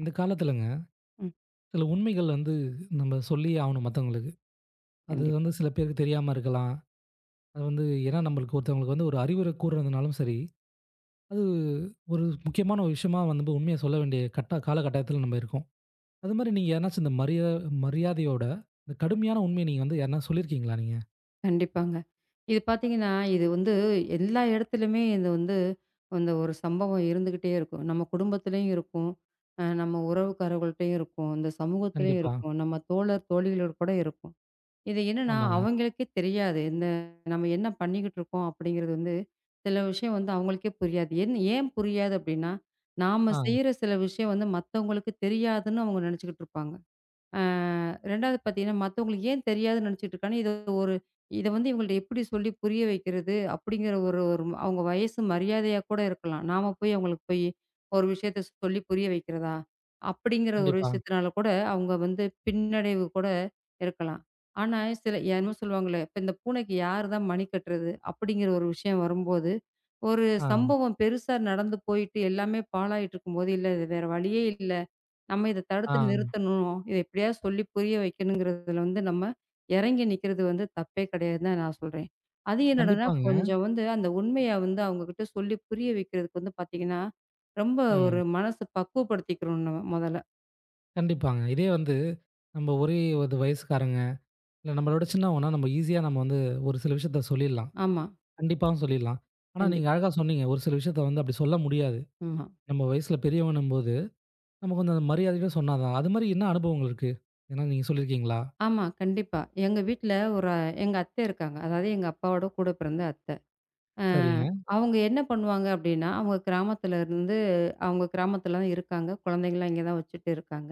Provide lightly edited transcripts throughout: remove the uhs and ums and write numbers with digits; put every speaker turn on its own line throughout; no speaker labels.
இந்த காலத்துலங்க,
ம்.
சில உண்மைகள் வந்து நம்ம சொல்லியே ஆவணும் மத்தவங்களுக்கு. அது வந்து
கண்டிப்பா,
சில பேருக்கு தெரியாம இருக்கலாம். அது வந்து ஏன்னா நம்மளுக்கு ஒருத்தவங்களுக்கு வந்து ஒரு அறிவுரை கூறதுனாலும் சரி, அது ஒரு முக்கியமான ஒரு விஷயமா வந்து உண்மைய சொல்ல வேண்டிய கட்ட காலகட்டத்தில நம்ம இருக்கோம். அது மாரி நீங்க யாருனாச்சும் இந்த மரியாதையோட இந்த கடுமையான உண்மைய நீங்க வந்து யாருனா சொல்லியிருக்கீங்களா நீங்க?
கண்டிப்பாங்க. இது பார்த்தீங்கன்னா, இது வந்து எல்லா இடத்துலயுமே இது வந்து அந்த ஒரு சம்பவம் இருந்துகிட்டே இருக்கும். நம்ம குடும்பத்திலயும் இருக்கும். நம்ம உறவுக்காரர்கள்ட்டயும் இருக்கும். இந்த சமூகத்திலயும்
கண்டிப்பா.
இருக்கும். நம்ம தோழர், தோழிகளோட கூட இருக்கும். இது என்னன்னா,
ஆமாங்க.
அவங்களுக்கே தெரியாது. இந்த நம்ம என்ன பண்ணிக்கிட்டு இருக்கோம் அப்படிங்கிறது வந்து சில விஷயம் வந்து அவங்களுக்கே புரியாது. ஏன் புரியாது அப்படின்னா, நாம
ஆ.
செய்ற சில விஷயம் வந்து மத்தவங்களுக்கு தெரியாதுன்னு அவங்க நினைச்சுக்கிட்டு இருப்பாங்க. ஆ 2வது பார்த்தீங்கன்னா, மத்தவங்களுக்கு ஏன் தெரியாதுன்னு நெனச்சுட்டு இருக்கான்னா, ஒரு இத வந்து இவங்கள்ட்ட எப்படி சொல்லி புரிய வைக்கிறது? அப்படிங்கிற ஒரு ஒரு அவங்க வயசு மரியாதையா கூட இருக்கலாம். நாம போய் அவங்களுக்கு போய் ஒரு விஷயத்த சொல்லி புரிய வைக்கிறதா? அப்படிங்கிற ஒரு
கண்டிப்பா.
விஷயத்தினால கூட அவங்க வந்து பின்னடைவு கூட இருக்கலாம். ஆனா, சில என்னமோ சொல்லுவாங்களே, "இப்ப இந்த பூனைக்கு யாரு தான் மணி கட்டுறது?" அப்படிங்கிற ஒரு விஷயம் வரும்போது, ஒரு
ஆ,
சம்பவம் பெருசா நடந்து போயிட்டு எல்லாமே பாழாயிட்டு இருக்கும்போது, "இல்ல இது வேற வழியே இல்ல. நம்ம இத தடுத்து
ஆ.
நிறுத்தணும். இத எப்படியாவது சொல்லி புரிய வைக்கணுங்கிறதுல வந்து நம்ம இறங்கி நிக்கிறது வந்து தப்பே கிடையாதுன்னு தான் நான் சொல்றேன். அது என்னடான்னா,
கண்டிப்பாங்க.
கொஞ்சம் வந்து அந்த உண்மைய வந்து அவங்ககிட்ட சொல்லி புரிய வைக்கிறதுக்கு வந்து பார்த்தீங்கன்னா, ரொம்ப ஒரு
ம்.
மனசு பக்குவப்படுத்திக்கிறணும் நம்ம முதல்ல.
கண்டிப்பாங்க. இதே வந்து நம்ம ஒரே ஒரு வயசுக்காரங்க, இல்ல நம்மள விட சின்னவங்கன்னா நம்ம ஈஸியா நம்ம வந்து ஒரு சில விஷயத்த சொல்லிடலாம்.
ஆமா.
கண்டிப்பா சொல்லிடலாம். ஆனா, நீங்க
கண்டிப்பா.
அழகா சொன்னீங்க. ஒரு சில விஷயத்த வந்து அப்படி சொல்ல முடியாது.
ஆமா.
நம்ம வயசுல பெரியவன்னும்போது, நம்ம கொஞ்சம் அந்த மரியாதையோட சொன்னா தான். அது மாரி என்ன அனுபவங்கள் இருக்கு? ஏன்னா நீங்க சொல்லியிருக்கீங்களா?
ஆமா. கண்டிப்பா. எங்க வீட்ல ஒரு எங்க அத்தை இருக்காங்க. அதாவது எங்க அப்பாவோட கூட பிறந்த அத்தை. அ
சரிங்க,
அவங்க என்ன பண்ணுவாங்க அப்படின்னா, அவங்க கிராமத்துல இருந்து அவங்க கிராமத்துல தான் இருக்காங்க. குழந்தைங்கலாம் இங்க தான் வச்சுட்டு இருக்காங்க.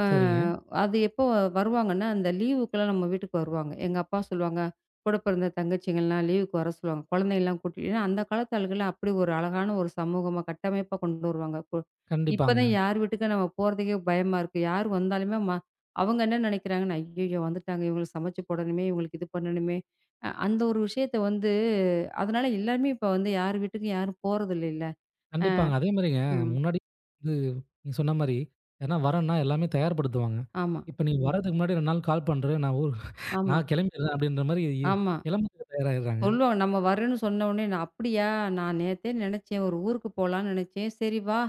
அ
சரிங்க.
அது எப்போ வருவாங்கன்னா, அந்த லீவுக்கெல்லாம் நம்ம வீட்டுக்கு வருவாங்க. எங்க அப்பா சொல்லுவாங்க, கூட பிறந்த தங்கச்சிங்கலாம் லீவுக்கு வர சொல்லுவாங்க. குழந்தைங்கலாம் கூட்டிட்டு ஏன்னா அந்த காலத்து ஆளுகலாம் அப்படி ஒரு அழகான ஒரு சமூகமா, கட்டமைப்பா கொண்டு வருவாங்க.
கண்டிப்பாங்க,
இப்பதான் யார் வீட்டுக்கு நம்ம போறதுக்கே பயமா இருக்கு. யார் வந்தாலுமே அவங்க என்ன நினைக்கிறாங்கன்னா, "ஐய்யய்யோ! வந்துட்டாங்க. இவங்களுக்கு சமைச்சு போடணுமே, இவங்களுக்கு இது பண்ணணுமே." அந்த ஒரு விஷயத்த வந்து அதனால எல்லாருமே இப்ப வந்து யார் வீட்டுக்கும் யாரும் போறதில்லைல்ல.
கண்டிப்பாங்க. அதே மாரிங்க
ம்.
முன்னாடி வந்து நீங்க சொன்ன மாரி, யாருன்னா வரேன்னா எல்லாமே தயார்படுத்துவாங்க.
ஆமா,
இப்ப நீ வர்றதுக்கு முன்னாடி 2 நாள் கால் பண்றேன். நான் ஊர்
ஆமா,
நான் கிளம்பிடுறேன் அப்படின்ற மாரி
ஆமா.
கிளம்புறதுக்கு தயாராயிடுறாங்க.
சொல்லுவாங்க. நம்ம வர்றேன்னு சொன்ன உடனே, "நான் அப்படியா? நான் நேத்தே நினைச்சேன். ஒரு ஊருக்கு போலான்னு நினைச்சேன். சரி வா"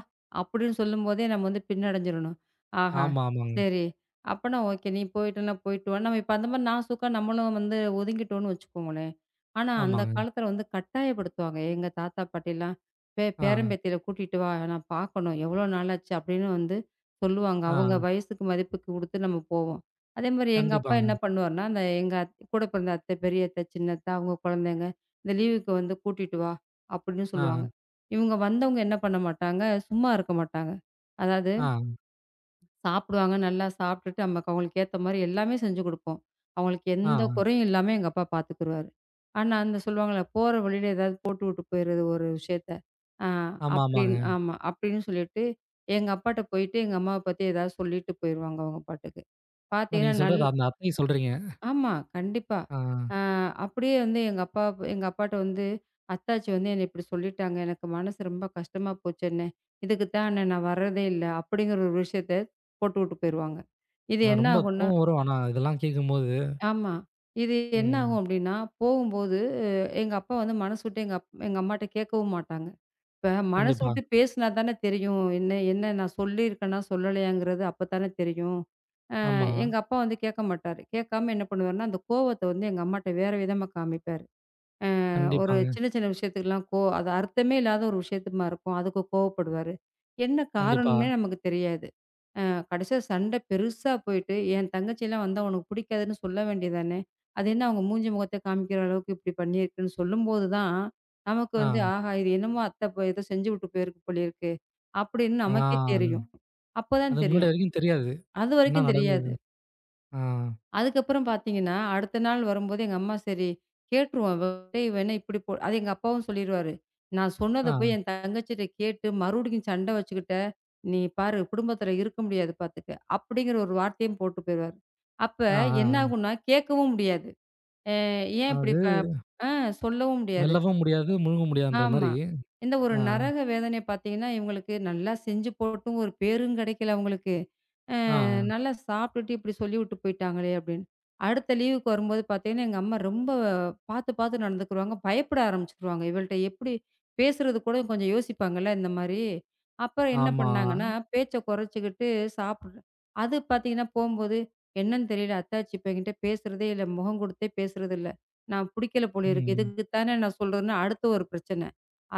அப்படின்னு சொல்லும்போதே நம்ம வந்து பின்னடைஞ்சிரணும். ஆஹா!
ஆமா, ஆமாங்க,
சரி. அப்பன்னா ஓகே. நீ போயிட்டன்னா போயிட்டு வா. நம்ம இப்ப அந்த மாரி நாசூக்கா நம்மளும் வந்து ஒதுங்கிட்டோம்னு வச்சுக்கோங்களேன். ஆனா அந்த
ஆமாங்க.
காலத்துல வந்து கட்டாயப்படுத்துவாங்க. எங்க தாத்தா பாட்டிலாம், "
ஆ,
பேரன் பேத்தியில கூட்டிட்டு வா. நான் பார்க்கணும். எவ்வளோ நாளாச்சு" அப்படின்னு வந்து சொல்லுவாங்க.
ஆ,
அவங்க வயசுக்கு மதிப்புக்கு குடுத்து நம்ம போவோம். அதே மாரி எங்க அப்பா என்ன
கண்டிப்பாங்க.
பண்ணுவாருன்னா, அந்த எங்க கூட பிறந்த அத்தை, பெரிய அத்தை, சின்ன அத்தை அவங்க குழந்தைங்க, "இந்த லீவுக்கு வந்து கூட்டிட்டு வா" அப்படின்னு
ஆ,
சொல்லுவாங்க. இவங்க வந்தவங்க என்ன பண்ண மாட்டாங்க, சும்மா இருக்க மாட்டாங்க. அதாவது
ஆ,
சாப்பிடுவாங்க, நல்லா சாப்பிட்டுட்டு நமக்கு அவங்களுக்கு ஏத்த மாரி எல்லாமே செஞ்சு குடுப்போம். அவங்களுக்கு
ஆ.
எந்த குறையும் இல்லாம எங்க அப்பா பார்த்துக்குருவாரு. ஆனா, அந்த சொல்லுவாங்கல்ல, "போற வழியில ஏதாவது போட்டு விட்டு போயிறது ஒரு விஷயத்த." ஆ
ஆமா,
அப்படின்னு
ஆமாங்க.
ஆமா. அப்படின்னு சொல்லிட்டு, எங்க அப்பாட்ட போயிட்டு, எங்க அம்மாவ பத்தி ஏதாவது சொல்லிட்டு போயிருவாங்க அவங்க பாட்டுக்கு.
நான்
பார்த்தீங்கன்னா
நீங்க சொல்றது அந்த அத்தைய சொல்றீங்க.
ஆமா, கண்டிப்பா.
ஆ.
அ அப்படியே வந்து எங்க அப்பா எங்க அப்பாட்ட வந்து, "அத்தாச்சி வந்து என்னை இப்படி சொல்லிட்டாங்க. எனக்கு மனசு ரொம்ப கஷ்டமா போச்சு அண்ணே. இதுக்கு தான் அண்ணே நான் வர்றதே இல்ல." அப்படிங்கிற ஒரு விஷயத்த போட்டுவுட்டு போயிருவாங்க. இது
ஆனா
என்ன
ரொம்ப
ஆகும்ன்னா
கோவம் வரும். ஆனா இதெல்லாம் கேட்கும்போது.
ஆமா. இது என்ன
ம்.
ஆகும் அப்படின்னா, போகும்போது எங்க அப்பா வந்து மனசு விட்டு எங்க அம்மாட்ட கேட்கவும் மாட்டாங்க. இப்ப மனசு
கண்டிப்பா.
விட்டு பேசினா தானே தெரியும். என்ன என்ன நான் சொல்லியிருக்கேனா, சொல்லலையாங்கிறது அப்ப தானே தெரியும்.
ஆமா.
எங்க அப்பா வந்து கேட்க மாட்டாரு. கேட்காம என்ன பண்ணுவாருன்னா, அந்த கோவத்த வந்து எங்க அம்மாட்ட வேற விதமா காமிப்பாரு. ஒரு
கண்டிப்பாங்க.
சின்ன, சின்ன விஷயத்துக்குலாம் அது அர்த்தமே இல்லாத ஒரு விஷயத்துமா இருக்கும். அதுக்கு கோவப்படுவாரு. என்ன
கண்டிப்பா.
காரணம்னே நமக்கு தெரியாது. அ கடைசியா சண்டை பெருசா போயிட்டு, என் தங்கச்சிலாம் வந்து உனக்கு பிடிக்காதுன்னு சொல்ல வேண்டியது தானே! அது என்ன அவங்க மூஞ்சி முகத்த காமிக்கிற அளவுக்கு இப்டி பண்ணியிருக்குன்னு சொல்லும்போது தான், நமக்கு வந்து
ஆ.
ஆஹா! இது என்னமோ அத்த போ ஏதோ செஞ்சு விட்டு போயிருக்கு போலயிருக்கு. அப்டின்னு நமக்கே
ஆ.
தெரியும். அப்பதான்
அதுக்கு முன்னாடி
தெரியும்.
வரைக்கும் தெரியாது. என்ன
அதுவரைக்கும்
நடந்தது?
தெரியாது.
ஆ.
அதுக்கப்புறம் பார்த்தீங்கன்னா, அடுத்த நாள் வரும்போது எங்க அம்மா சரி கேட்டுருவோம். இவ என்ன இப்படி போ அது எங்க அப்பாவும் சொல்லிருவாரு. நான் சொன்னத
ஆ.
போய் என் தங்கச்சிட்ட கேட்டு மறுபடியும் சண்ட வச்சுக்கிட்ட, நீ பாரு குடும்பத்தில இருக்க முடியாது பார்த்துக்க. அப்படிங்கிற ஒரு வார்த்தையும் போட்டு போயிருவாரு. அப்ப
ஆ.
என்ன
ஆ.
ஆகும்னா கேட்கவும் முடியாது. அ ஏன் இப்படி
அது
ப ஆ சொல்லவும் முடியாது.
மெல்லவும் முடியாது, முழுங்க முடியாதுன்ற
ஆமா.
மாரி.
இந்த ஒரு
ஆ.
நரக வேதனை பார்த்தீங்கன்னா, இவங்களுக்கு நல்லா செஞ்சு போட்டும் ஒரு பேரும் கிடைக்கல அவங்களுக்கு. அ
ஆ.
நல்லா சாப்பிட்டுட்டு இப்படி சொல்லிவிட்டு போயிட்டாங்களே அப்படின்னு. அடுத்த லீவுக்கு வரும்போது பார்த்தீங்கன்னா, எங்க அம்மா ரொம்ப பார்த்து பார்த்து நடந்துக்குருவாங்க. பயப்பட ஆரம்பிச்சுருவாங்க. இவள்ட்ட எப்படி பேசுறது கூட கொஞ்சம் யோசிப்பாங்கல்ல இந்த மாரி. அப்புறம் என்ன
ஆமா.
பண்ணாங்கன்னா, பேச்ச குறைச்சுக்கிட்டு சாப்பிடு அது பார்த்தீங்கன்னா, போம்போது என்னன்னு தெரியல. அத்தாச்சி இப்ப என்கிட்ட பேசுறதே இல்ல. முகம் கொடுத்தே பேசுறதில்ல. நான் புடிக்கல போல இருக்கு.
ம்.
இதுக்கு தானே நான் சொல்றேன்னு அடுத்து ஒரு பிரச்சனை.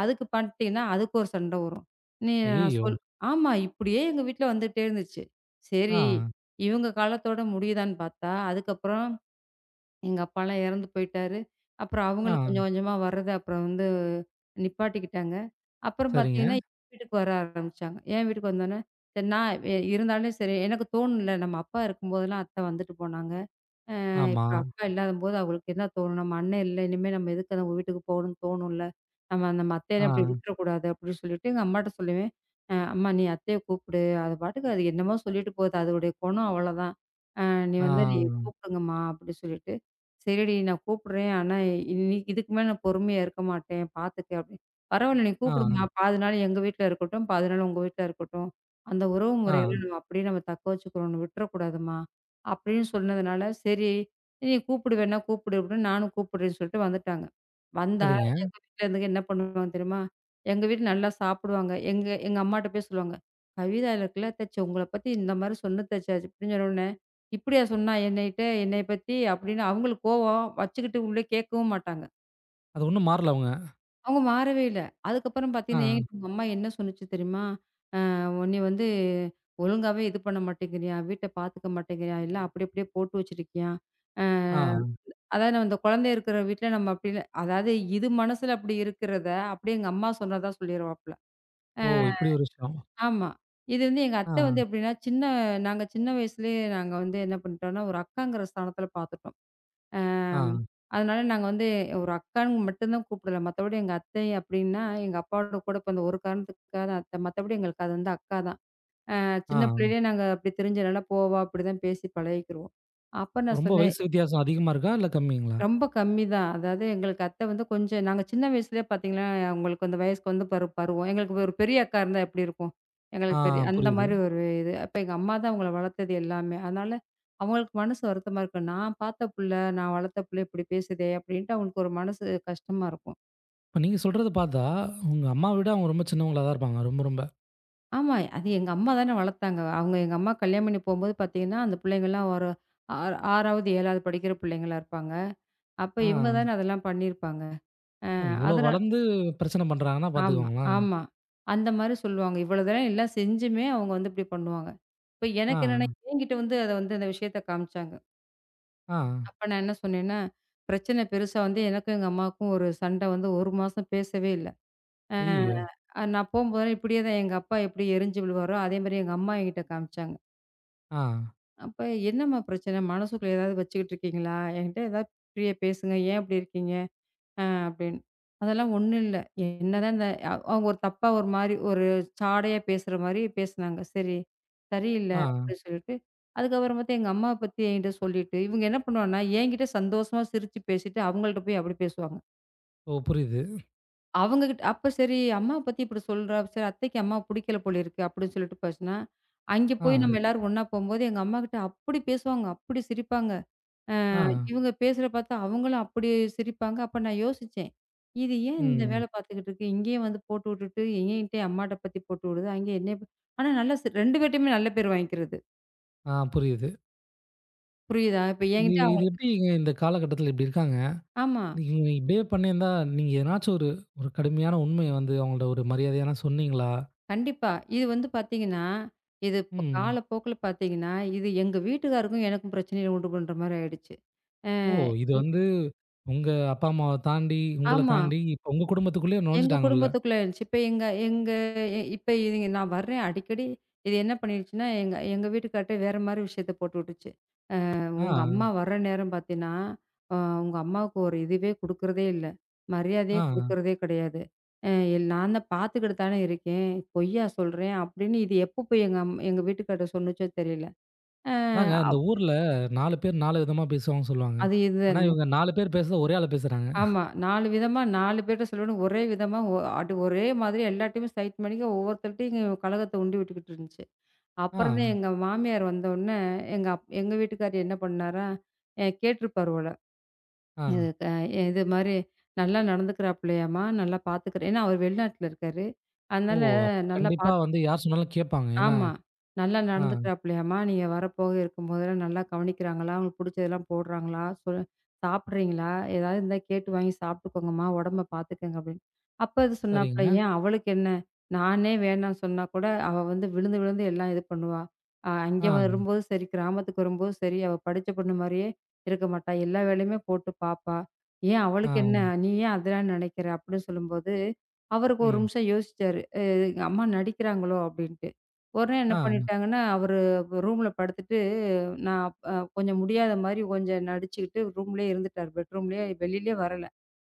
அதுக்கு பண்ணிட்டீங்கன்னா, அதுக்கு ஒரு சண்டை வரும். நீ நான்
ஐயய்யோ!
சொல் ஆமா. இப்படியே எங்க வீட்ல வந்துட்டே இருந்துச்சு.
ஆ.
சரி, இவங்க காலத்தோட முடியுதான்னு பார்த்தா, அதுக்கப்புறம் எங்க அப்பாலாம் இறந்து போயிட்டாரு. அப்புறம் அவங்களும் கொஞ்சம்
ஆ.
கொஞ்சமா வர்றத அப்புறம் வந்து நிப்பாட்டிக்கிட்டாங்க. அப்புறம் பார்த்தீங்கன்னா,
சரிங்க.
என் வீட்டுக்கு வர ஆரம்பிச்சாங்க. என் வீட்டுக்கு வந்தோனே, சரி நான் இருந்தாலும் சரி எனக்கு தோணல. நம்ம அப்பா இருக்கும்போதெல்லாம் அத்தை வந்துட்டு போனாங்க.
ஆமா.
இப்ப அப்பா இல்லாதம்போது அவங்களுக்கு என்ன தோணும்? நம்ம அண்ணன் இல்ல. இனிமே நம்ம எதுக்கு அவங்க வீட்டுக்கு போகணும்னு தோணும்ல. நம்ம நம்ம அத்தைய
ஆ.
அப்படி விட்டுறக்கூடாது அப்படின்னு சொல்லிட்டு எங்க அம்மாட்ட சொல்லுவேன். அம்மா நீ அத்தைய கூப்பிடு. அது பாட்டுக்கு அது என்னமோ சொல்லிட்டு போகுது. அதோடைய குணம் அவ்வளோதான். அ நீ
ஆ.
வந்து நீ கூப்பிடுங்கம்மா அப்படி சொல்லிட்டு. சரிடி நான் கூப்பிடுறேன். ஆனா இன்னைக்கு இதுக்கு மேல நான் பொறுமையா இருக்க மாட்டேன். பார்த்துக்க அப்படின்னு. பரவாயில்ல நீ
ஆ.
கூப்பிடுமா. பாதி நாள் எங்க வீட்ல இருக்கட்டும். பாதி நாள் உங்க வீட்ல இருக்கட்டும். அந்த உறவு
ஆ.
முறைகள நம்ம அப்படியே தக்க வச்சுக்கிறோம். விட்டுறக்கூடாதும்மா அப்படின்னு சொன்னதுனால, சரி "நீ கூப்பிடுவேன்னா கூப்பிடு" அப்படின்னு நானும் கூப்பிடுறேன்னு சொல்லிட்டு வந்துட்டாங்க. வந்தா
சரிங்க.
எங்க வீட்ல இருந்துங்க என்ன பண்ணுவாங்க தெரியுமா? எங்க வீட்ல நல்லா சாப்பிடுவாங்க. எங்க எங்க அம்மாட்ட போய் சொல்லுவாங்க, "கவிதா இருக்குல்ல அத்தாச்சி உங்கள பத்தி இந்த மாரி சொன்னுது அத்தாச்சி" அப்படின்னு சொன்னவுடனே, "இப்படியா சொன்னா என்னைட்ட என்னைய பத்தி?" அப்படின்னு அவங்களுக்கு கோவம் வச்சுக்கிட்டு உள்ளே கேட்கவும் மாட்டாங்க.
அது ஒண்ணும் மாறல அவங்க.
அவங்க மாறவே இல்ல. அதுக்கப்புறம்
ஆ.
பார்த்தீங்கன்னா, என்கிட்ட உங்க அம்மா என்ன சொன்னுச்சு தெரியுமா? "உன்னைய வந்து ஒழுங்காவே இது பண்ண மாட்டேங்கிறாயாம், வீட்ட பார்த்துக்க மாட்டேங்கிறாயாம், எல்லாம் அப்படி அப்படியே போட்டு வச்சிருக்கியாம்" அ
ஆ.
அதாவது நம்ம இந்த குழந்தை இருக்கிற வீட்ல நம்ம அப்படி இல்ல. அதாவது இது மனசுல அப்படி இருக்கிறத, அப்படியே எங்க அம்மா சொன்னதா சொல்லிருவாப்புல. அ
ஓ! இப்படி ஒரு விஷயம்.
ஆமா. இது வந்து எங்க அத்தை வந்து
ஆ.
எப்படின்னா, நாங்க சின்ன வயசுலயே நாங்க வந்து என்ன பண்ணிட்டோம்னா, ஒரு அக்காங்கிற ஸ்தானத்துல பார்த்துட்டோம்.
ஆ.
அம் அதனால நாங்க வந்து ஒரு அக்கான்னு மட்டும் தான் கூப்பிடல. மத்தபடி எங்க அத்தை அப்படின்னா, எங்க அப்பாவோட கூட பிறந்த ஒரு காரணத்துக்காக தான் அத்தை. மத்தபடி எங்களுக்கு அது வந்து அக்கா தான். சின்ன
ஆ.
பிள்ளையிலயே நாங்க அப்படி தெரிஞ்சதுனால, போவா, இப்படிதான் பேசி பழகிக்கிருவோம். அப்ப நான்
ரொம்ப
சொன்னேன்
வயசு வித்தியாசம் அதிகமா இருக்கா? இல்ல கம்மிங்களா?
ரொம்ப கம்மி தான். அதாவது எங்களுக்கு அத்தை வந்து கொஞ்சம் நாங்க சின்ன வயசுலயே பார்த்தீங்கன்னா, அவங்களுக்கு அந்த வயசுக்கு வந்து பரு பருவம். எங்களுக்கு ஒரு பெரிய அக்கா இருந்தா எப்படி இருக்கும்?
ஆ
எங்களுக்கு பெரிய அந்த
புரியுது.
மாரி ஒரு இது. அப்ப எங்க அம்மா தான் அவங்கள வளர்த்தது எல்லாமே. அதனால அவங்களுக்கு மனசு வருத்தமா இருக்கும். நான் பார்த்த புள்ள, நான் வளர்த்த புள்ள இப்படி பேசுதே அப்படின்ட்டு அவங்களுக்கு ஒரு மனசு கஷ்டமா இருக்கும்.
இப்ப நீங்க சொல்றத பார்த்தா, உங்க அம்மாவ விட அவங்க ரொம்ப சின்னவங்களா தான் இருப்பாங்க. ரொம்ப ரொம்ப.
ஆமா. அது எங்க அம்மா தானே வளர்த்தாங்க. அவங்க எங்க அம்மா கல்யாணம் பண்ணி போம்போது பார்த்தீங்கன்னா, அந்த புள்ளைங்கலாம் ஒரு ஆ 6வது, 7வது படிக்கிற புள்ளைங்களா இருப்பாங்க. அப்ப இவங்க
ஆ.
தானே அதெல்லாம் பண்ணியிருப்பாங்க.
இவ்ளோ
அது
வளர்ந்து பிரச்சனை பண்றாங்கன்னா
ஆமா,
பார்த்துக்கோங்களேன்.
ஆமா. அந்த மாரி சொல்லுவாங்க. இவ்வளவு தூரம் எல்லாம் செஞ்சுமே அவங்க வந்து இப்படி பண்ணுவாங்க. இப்ப
ஆ,
எனக்கு என்னன்னா, என்கிட்ட வந்து அத வந்து அந்த விஷயத்த காமிச்சாங்க.
ஆ.
அப்ப நான் என்ன சொன்னேன்னா, பிரச்சனை பெருசா வந்து எனக்கும் எங்க அம்மாவுக்கும் ஒரு சண்டை வந்து 1 மாசம் பேசவே இல்ல.
ஐய்யயோ!
நான் போம்போதெல்லாம் இப்படியே தான் எங்க அப்பா எப்படி எரிஞ்சு விழுவாரோ, அதே மாரி எங்க அம்மா என்கிட்ட காமிச்சாங்க.
ஆ,
அப்ப "என்னம்மா பிரச்சனை? மனசுக்குள்ள ஏதாவது வச்சுக்கிட்டு இருக்கீங்களா? என்கிட்ட ஏதாவது ஃப்ரீயா பேசுங்க. ஏன் இப்படி இருக்கீங்க?" அப்படின்னு. அதெல்லாம் ஒண்ணும் இல்ல. என்னதான் இந்த அவங்க ஒரு தப்பா ஒரு மாரி ஒரு சாடையா பேசுற மாரி பேசுனாங்க. சரி, சரியில்ல
ஆ.
அப்படின்னு சொல்லிட்டு, அதுக்கப்புறம் பாத்தா எங்க அம்மாவ பத்தி என்கிட்ட சொல்லிட்டு, இவங்க என்ன பண்ணுவாங்கன்னா, என்கிட்ட சந்தோஷமா சிரிச்சு பேசிட்டு, அவங்கள்ட்ட போய் அப்படி பேசுவாங்க.
ஓ! புரியுது.
அவங்க கிட்ட அப்ப சரி அம்மாவ பத்தி இப்படி சொல்றா, சரி அத்தைக்கு அம்மாவ புடிக்கல போல இருக்கு அப்படின்னு சொல்லிட்டு பேசுனா, அங்க
ஆ,
போய் நம்ம எல்லாரும் ஒண்ணா போம்போது எங்க அம்மா கிட்ட அப்படி பேசுவாங்க, அப்படி சிரிப்பாங்க.
ஆ.
இவங்க பேசுறத பார்த்தா அவங்களும் அப்படி சிரிப்பாங்க. அப்ப நான் யோசிச்சேன். இது ஏன் இந்த
ம்.
வேல பார்த்துக்கிட்டு இருக்கு? இங்கேயே வந்து போட்டு விட்டுட்டு, என்கிட்ட அம்மாட்ட பத்தி போட்டு விடுது. அங்க என்னைய ப ஆனா நல்லா 2 பேர்ட்டயுமே நல்ல பேர் வாங்கிக்கிறது.
ஆ புரியுது.
புரியுதா? இப்ப
இது
என்கிட்ட ஓ!
இது
அவங்கள பத்தி
எப்படிங்க இந்த காலகட்டத்தில இப்படி இருக்காங்க?
ஆமா.
நீங்க இப்படியே பண்ணியிருந்தா, நீங்க எதனாச்சும் ஒரு ஒரு கடுமையான உண்மைய வந்து அவங்கள்ட்ட ஒரு மரியாதையா சொன்னீங்களா?
கண்டிப்பா. இது வந்து பார்த்தீங்கன்னா, இது இப்ப
ம்.
காலப்போக்குல பார்த்தீங்கன்னா, இது எங்க வீட்டுக்காருக்கும் எனக்கும் பிரச்சனைய உண்டு பண்ற மாரி ஆயிடுச்சு. அ
ஓ! இது வந்து உங்க அப்பா அம்மாவ தாண்டி, உங்கள
ஆமா.
தாண்டி இப்ப உங்க குடும்பத்துக்குள்ளேயே
எங்க
நுழைஞ்சுட்டாங்க உள்ள.
குடும்பத்துக்குள்ள இருந்துச்சு. இப்ப எங்க எங்க எ இப்ப இது நான் வர்றேன் அடிக்கடி. இது என்ன பண்ணிடுச்சுன்னா, எங்க எங்க வீட்டுக்கார்ட்ட வேற மாரி விஷயத்த போட்டு விட்டுச்சு.
ஆ,
உங்க அம்மா வர்ற நேரம் பார்த்தீன்னா, அ உங்க அம்மாவுக்கு ஒரு இதுவே குடுக்குறதே இல்ல.
ஆ.
மரியாதையே குடுக்குறதே கிடையாது. அ எல் நான் தான் பார்த்துக்கிட்டு தானே இருக்கேன். பொய்யா சொல்றேன் அப்படின்னு இது எப்போ போய் எங்க வீட்டுக்கார்ட்ட சொன்னுச்சோ தெரியல. அ
அதாங்க அந்த
அப்
ஊர்ல 4 பேர் 4 விதமா பேசுவாங்கன்னு சொல்லுவாங்க.
அது இது
ஆனா இவங்க 4 பேர் பேசுறத ஒரே ஆளா பேசுறாங்க.
ஆமா. 4 விதமா 4 பேர்ட்ட சொல்லணும். ஒரே விதமா அது ஒரே மாதிரி எல்லார்ட்டயுமே சைட் பண்ணிக்க ஒவ்வொருத்தர்ட்டயும் கலகத்த உண்டி விட்டுக்கிட்டு இருந்துச்சு.
ஆ,
அப்புறம் தான் எங்க மாமியார் வந்தோன்னே, எங்க வீட்டுக்காரர் என்ன பண்ணாரா, கேட்டிருப்பார் போல.
ஆ.
இது க இது மாரி "நல்லா நடந்துக்கிறாப்புலயாம்மா, நல்லா பார்த்துக்கிறேன்" ஏன்னா அவர் வெளிநாட்டுல இருக்காரு.
ஓ!
அதனால
அப்ப
"நல்லா
கண்டிப்பா
பார்த்துக்கிறாரு"
வந்து யார் சொன்னாலும் கேட்பாங்க. ஏன்னா
ஆமா. நல்லா
ஆ
நடந்துக்கிறாப்லயாம்மா? நீங்க வரப்போக இருக்கும்போதெல்லாம் நல்லா கவனிக்கிறாங்களா? அவங்களுக்கு புடிச்சதெல்லாம் போடுறாங்களா? சாப்பிடுறீங்களா? ஏதாவது இருந்தா கேட்டு வாங்கி சாப்பிட்டுக்கோங்கம்மா, உடம்ப பார்த்துக்கங்க அப்படின்னு. அப்ப அது சொன்னாப்புல,
சரிங்க.
ஏன் அவளுக்கு என்ன? நானே வேணாம்னு சொன்னா கூட, அவ வந்து விழுந்து விழுந்து எல்லாம் இது பண்ணுவா.
ஆ,
அங்கே வரும்போது சரி, கிராமத்துக்கு வரும்போது சரி, அவ படிச்ச பொண்ணு மாரியே இருக்க மாட்டா. எல்லா வேலையுமே போட்டு பார்ப்பா. ஏன்
ஆ,
அவளுக்கு என்ன? நீ ஏன் அதெல்லாம் நினைக்கிற? அப்படின்னு சொல்லும்போது, அவருக்கு ஒரு
ம்.
நிமிஷம் யோசிச்சாரு. அம்மா நடிக்கிறாங்களோ அப்படின்ட்டு. உடனே என்ன
ஆ,
பண்ணிட்டாங்கன்னா, அவரு ரூம்ல படுத்துட்டு நான் அ கொஞ்சம் முடியாத மாரி கொஞ்சம் நடிச்சுக்கிட்டு ரூம்லயே இருந்துட்டாரு. பெட்ரூம்லயே வெளியிலயே வரல.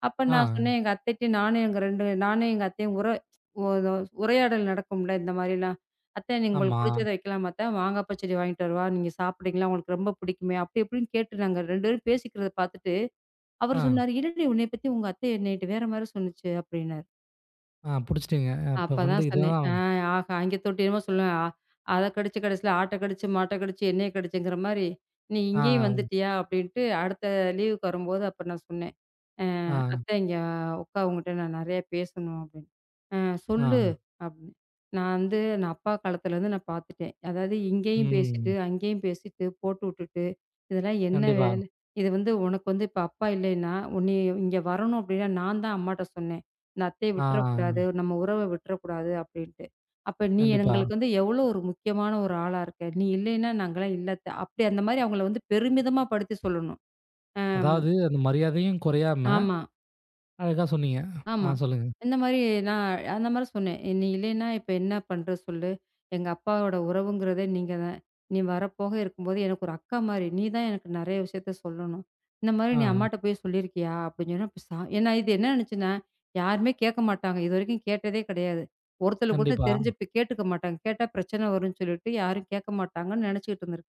அப்ப நான்
ஆ.
சொன்னேன் எங்க அத்தைட்ட நானும் எங்க அத்தையும் ஒரு உரையாடல் நடக்கும்ல இந்த மாரிலாம். "அத்தை நீங்க உங்களுக்கு
ஆமா.
புடிச்சத வைக்கலாமா அத்தை? மாங்கா பச்சடி வாங்கிட்டு வரவா? நீங்க சாப்பிடுறீங்களா? உங்களுக்கு ரொம்ப புடிக்குமே!" அப்படி இப்படின்னு கேட்டு நாங்க 2 பேரும் பேசிக்கிறத பாத்துட்டு,
ஆ,
அவரு சொன்னாரு, "என்னடி உன்னைய பத்தி உங்க அத்தை என்னைட்ட வேற மாரி சொன்னுச்சு" அப்படின்னாரு.
ஆ புடிச்சுட்டீங்க. அப்ப வந்து
அப்பதான் சொன்னேன்.
இதுதான்
ஆஹா! அங்கே தொட்டு என்னமோ சொல்லுவேன். அத கடிச்சு கடைசியில ஆட்ட கடிச்சு, மாட்ட கடிச்சு, என்னைய கடிச்சுங்கிற மாரி, "நீ
ஆ,
இங்கேயும் வந்துட்டியா?" அப்படின்ட்டு அடுத்த லீவுக்கு வரும்போது அப்ப நான் சொன்னேன். அ
ஆ,
"அத்தை இங்க உன்கிட்ட நான் நெறைய பேசணும்" அப்படின்னு. "அ
ஆ.
சொல்லு" அப்படின்னு. நான் அப்பா காலத்துலேருந்து நான் பார்த்துட்டேன். அதாவது இங்கேயும் பேசிட்டு,
ம்.
அங்கேயும் பேசிட்டு, போட்டு விட்டுட்டு, இதெல்லாம் என்ன
கண்டிப்பா.
வேல? இது வந்து உனக்கு வந்து இப்ப அப்பா இல்லைன்னா, உன்னைய இங்க வரணும் அப்படின்னா நான் தான் அம்மாட்ட சொன்னேன். இந்த அத்தைய
ஆ,
விட்டுறக்கூடாது, நம்ம உறவ விட்டுறக்கூடாது அப்படின்ட்டு. அப்ப நீ
கண்டிப்பா.
எங்களுக்கு வந்து எவ்வளோ ஒரு முக்கியமான ஒரு ஆளா இருக்க. நீ இல்லைன்னா நாங்கலாம் இல்ல அத்த. அப்படி அந்த மாரி அவங்கள வந்து பெருமிதமா படுத்தி சொல்லணும். அ
அதாவது அந்த மரியாதையும் குறையாம
ஆமா.
அழகா சொன்னீங்க.
ஆமா.
ஆ சொல்லுங்க.
இந்த மாரி நான் அந்த மாரி சொன்னேன். "நீ இல்லைன்னா, இப்ப என்ன பண்ற சொல்லு? எங்க அப்பாவோட உறவுங்கிறதே நீங்க தான். நீ வரப்போக இருக்கும்போது எனக்கு ஒரு அக்கா மாரி. நீ தான் எனக்கு நெறைய விஷயத்த சொல்லணும். இந்த மாரி
ஆ
நீ அம்மாட்ட போய் சொல்லியிருக்கியா?" அப்படின்னு சொன்னா, அப்ப ஏன்னா இது என்ன நெனச்சுன்னா, யாருமே கேட்க மாட்டாங்க. இதுவரைக்கும் கேட்டதே கெடையாது. ஒருத்தருக்கு ஒருத்தர் கூட
கண்டிப்பா.
தெரிஞ்சு இப்ப கேட்டுக்க மாட்டாங்க. கேட்டா பிரச்சனை வரும்ன்னு சொல்லிட்டு யாரும் கேட்க மாட்டாங்கன்னு நெனச்சுக்கிட்டு இருந்திருக்கு.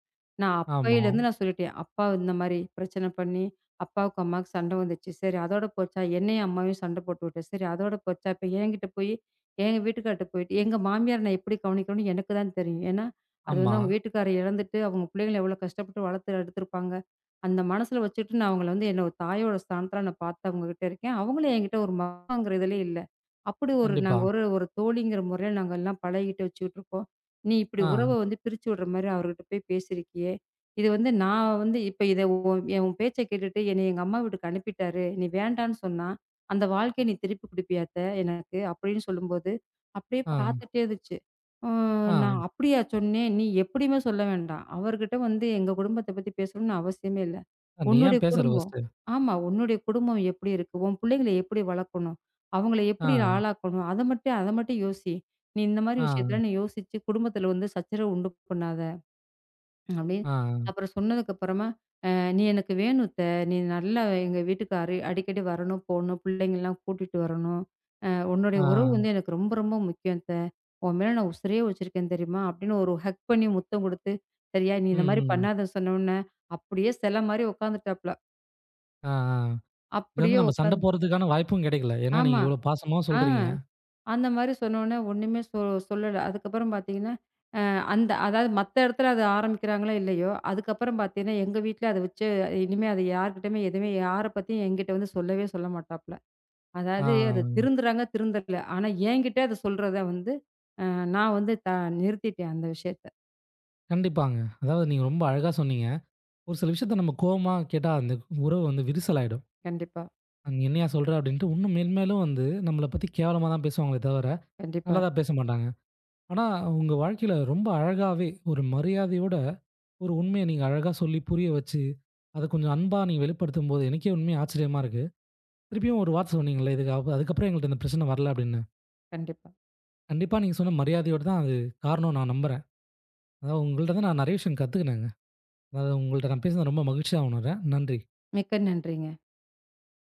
நான்
ஆமா,
அப்பையிலேருந்து நான் சொல்லிட்டேன். "அப்பா இந்த மாரி பிரச்சனை பண்ணி அப்பாவுக்கும், அம்மாவுக்கும் சண்டை வந்துச்சு. சரி அதோட போச்சா, என்னையும் அம்மாவையும் சண்டை போட்டு விட்டேன். சரி அதோட போச்சா, இப்ப என்கிட்ட போய் எங்க வீட்டுக்கார்ட்ட போயிட்டு எங்க மாமியார் நான் எப்படி கவனிக்கணும்னு எனக்கு தான் தெரியும். ஏன்னா, அது
ஆமா.
வந்து அவங்க வீட்டுக்காரர் இழந்துட்டு, அவங்க பிள்ளைங்கள எவ்வளோ கஷ்டப்பட்டு வளர்த்து எடுத்திருப்பாங்க. அந்த மனசுல வச்சுட்டு நான் அவங்கள வந்து என்னோட தாயோட ஸ்தானத்துல நான் பார்த்து அவங்ககிட்ட இருக்கேன். அவங்களும் என்கிட்ட ஒரு மகங்கிற இதுல இல்ல. அப்படி ஒரு
கண்டிப்பா.
நாங்க ஒரு ஒரு தோழிங்கிற முறையில நாங்க எல்லாம் பழகிட்டு வச்சுக்கிட்டு இருக்கோம். நீ இப்படி உறவ
ஆ,
வந்து பிரிச்சு விடுற மாரி அவர்கிட்ட போய் பேசியிருக்கியே! இது வந்து நான் வந்து இப்ப இத உன் பேச்ச கேட்டுட்டு என்னைய எங்க அம்மா வீட்டுக்கு அனுப்பிட்டாரு. நீ வேண்டான்னு சொன்னா, அந்த வாழ்க்கைய நீ திருப்பி குடுப்பியா அத்த எனக்கு? அப்படின்னு சொல்லும்போது, அப்படியே
ஆ,
பார்த்துட்டே இருந்துச்சு. நான்
ஆ.
அப்படியா சொன்னேன்? நீ எப்படியுமே சொல்ல வேண்டாம். அவர்கிட்ட வந்து எங்க குடும்பத்த பத்தி பேசணும்னு அவசியமே இல்ல.
நீ
உன்னுடைய
ஏன் பேசுற
குடும்பம்
ஃபர்ஸ்ட்டு?
ஆமா. உன்னுடைய குடும்பம் எப்படி இருக்கு? உன் பிள்ளைங்கள எப்படி வளர்க்கணும்? அவங்கள
ஆ,
எப்படி ஆளாக்கணும்? அத மட்டும் யோசி. நீ இந்த மாரி
ஆ,
விஷயத்தலாம் நீ யோசிச்சு குடும்பத்தில வந்து சச்சரவு உண்டு பண்ணாத. அப்படின்னு
ஆ,
அப்புறம் சொன்னதுக்கப்புறமா, "அ நீ எனக்கு வேணும் அத்த. நீ நல்லா எங்க வீட்டுக்கு அடிக்கடி வரணும், போணும். பிள்ளைங்கலாம் கூட்டிட்டு வரணும். உன்னுடைய உறவு வந்து
ஆ.
எனக்கு ரொம்ப ரொம்ப முக்கியம் அத்த. உன் மேல நான் உசுரையே வச்சிருக்கேன் தெரியுமா?" அப்படின்னு ஒரு ஹக் பண்ணி முத்தம் குடுத்து, சரியா, நீ இந்த
ம்,
மாரி
ம்.
பண்ணாத சொன்னவுனே, அப்படியே சிலை மாரி உட்காந்துட்டாப்ல.
ஆ, ஆ. இது வந்து
அப்படியே
நம்ம சண்ட
உட்காந்து
போடுறதுக்கான வாய்ப்பும் கிடைக்கல. ஏன்னா, நீங்க
ஆமா.
இவ்வளோ பாசமாவும்
ஆ
சொல்றீங்க.
அந்த மாரி சொன்னவுனே ஒண்ணுமே சொல்லல. அதுக்கப்புறம் பார்த்தீங்கன்னா அந்த அதாவது மத்த இடத்துல அது ஆரம்பிக்கிறாங்களோ இல்லையோ, அதுக்கப்புறம் பார்த்தீங்கன்னா, எங்க வீட்ல அத வச்சு இனிமே அது யார்கிட்டயுமே எதுவுமே யார பத்தியும் என்கிட்ட வந்து சொல்லவே சொல்ல மாட்டாப்ல.
ஆ
அதாவது அது திருந்துறாங்க, திருந்தல. ஆனா என்கிட்ட அத சொல்றத வந்து அ நான் வந்து த நிறுத்திட்டேன் அந்த விஷயத்த.
கண்டிப்பாங்க. அதாவது நீங்க ரொம்ப அழகா சொன்னீங்க. ஒரு சில விஷயத்த நம்ம கோவமா கேட்டா அந்த உறவு வந்து விரிசலாயிடும்.
கண்டிப்பா,
"நீ என்னையா சொல்ற?" அப்படின்ட்டு இன்னும் மேன்மேலும் வந்து நம்மள பத்தி கேவலமா தான் பேசுவாங்களே தவிர,
கண்டிப்பா,
நல்லதா பேச மாட்டாங்க. ஆனா, உங்க வாழ்க்கையில ரொம்ப அழகாவே ஒரு மரியாதையோட ஒரு உண்மைய நீங்க அழகா சொல்லி புரிய வச்சு, அத கொஞ்சம் அன்பா நீங்க வெளிப்படுத்தும்போது, எனக்கே உண்மையா ஆச்சரியமா இருக்கு. திருப்பியும் ஒரு வார்த்தை சொன்னீங்கல்ல, இதுக்கு அதுக்கப்புறம் எங்கள்ட்ட இந்த பிரச்சனை வரல அப்படின்னு.
கண்டிப்பா.
கண்டிப்பா நீங்க சொன்ன மரியாதையோட தான் அது காரணம் நான் நம்புறேன். அதாவது உங்கள்ட்ட தான் நான் நெறைய விஷயம் கத்துக்கினேங்க. அதாவது உங்கள்ட்ட நான் பேசினது ரொம்ப மகிழ்ச்சியா உணர்றேன். நன்றி.
மிக்க நன்றிங்க.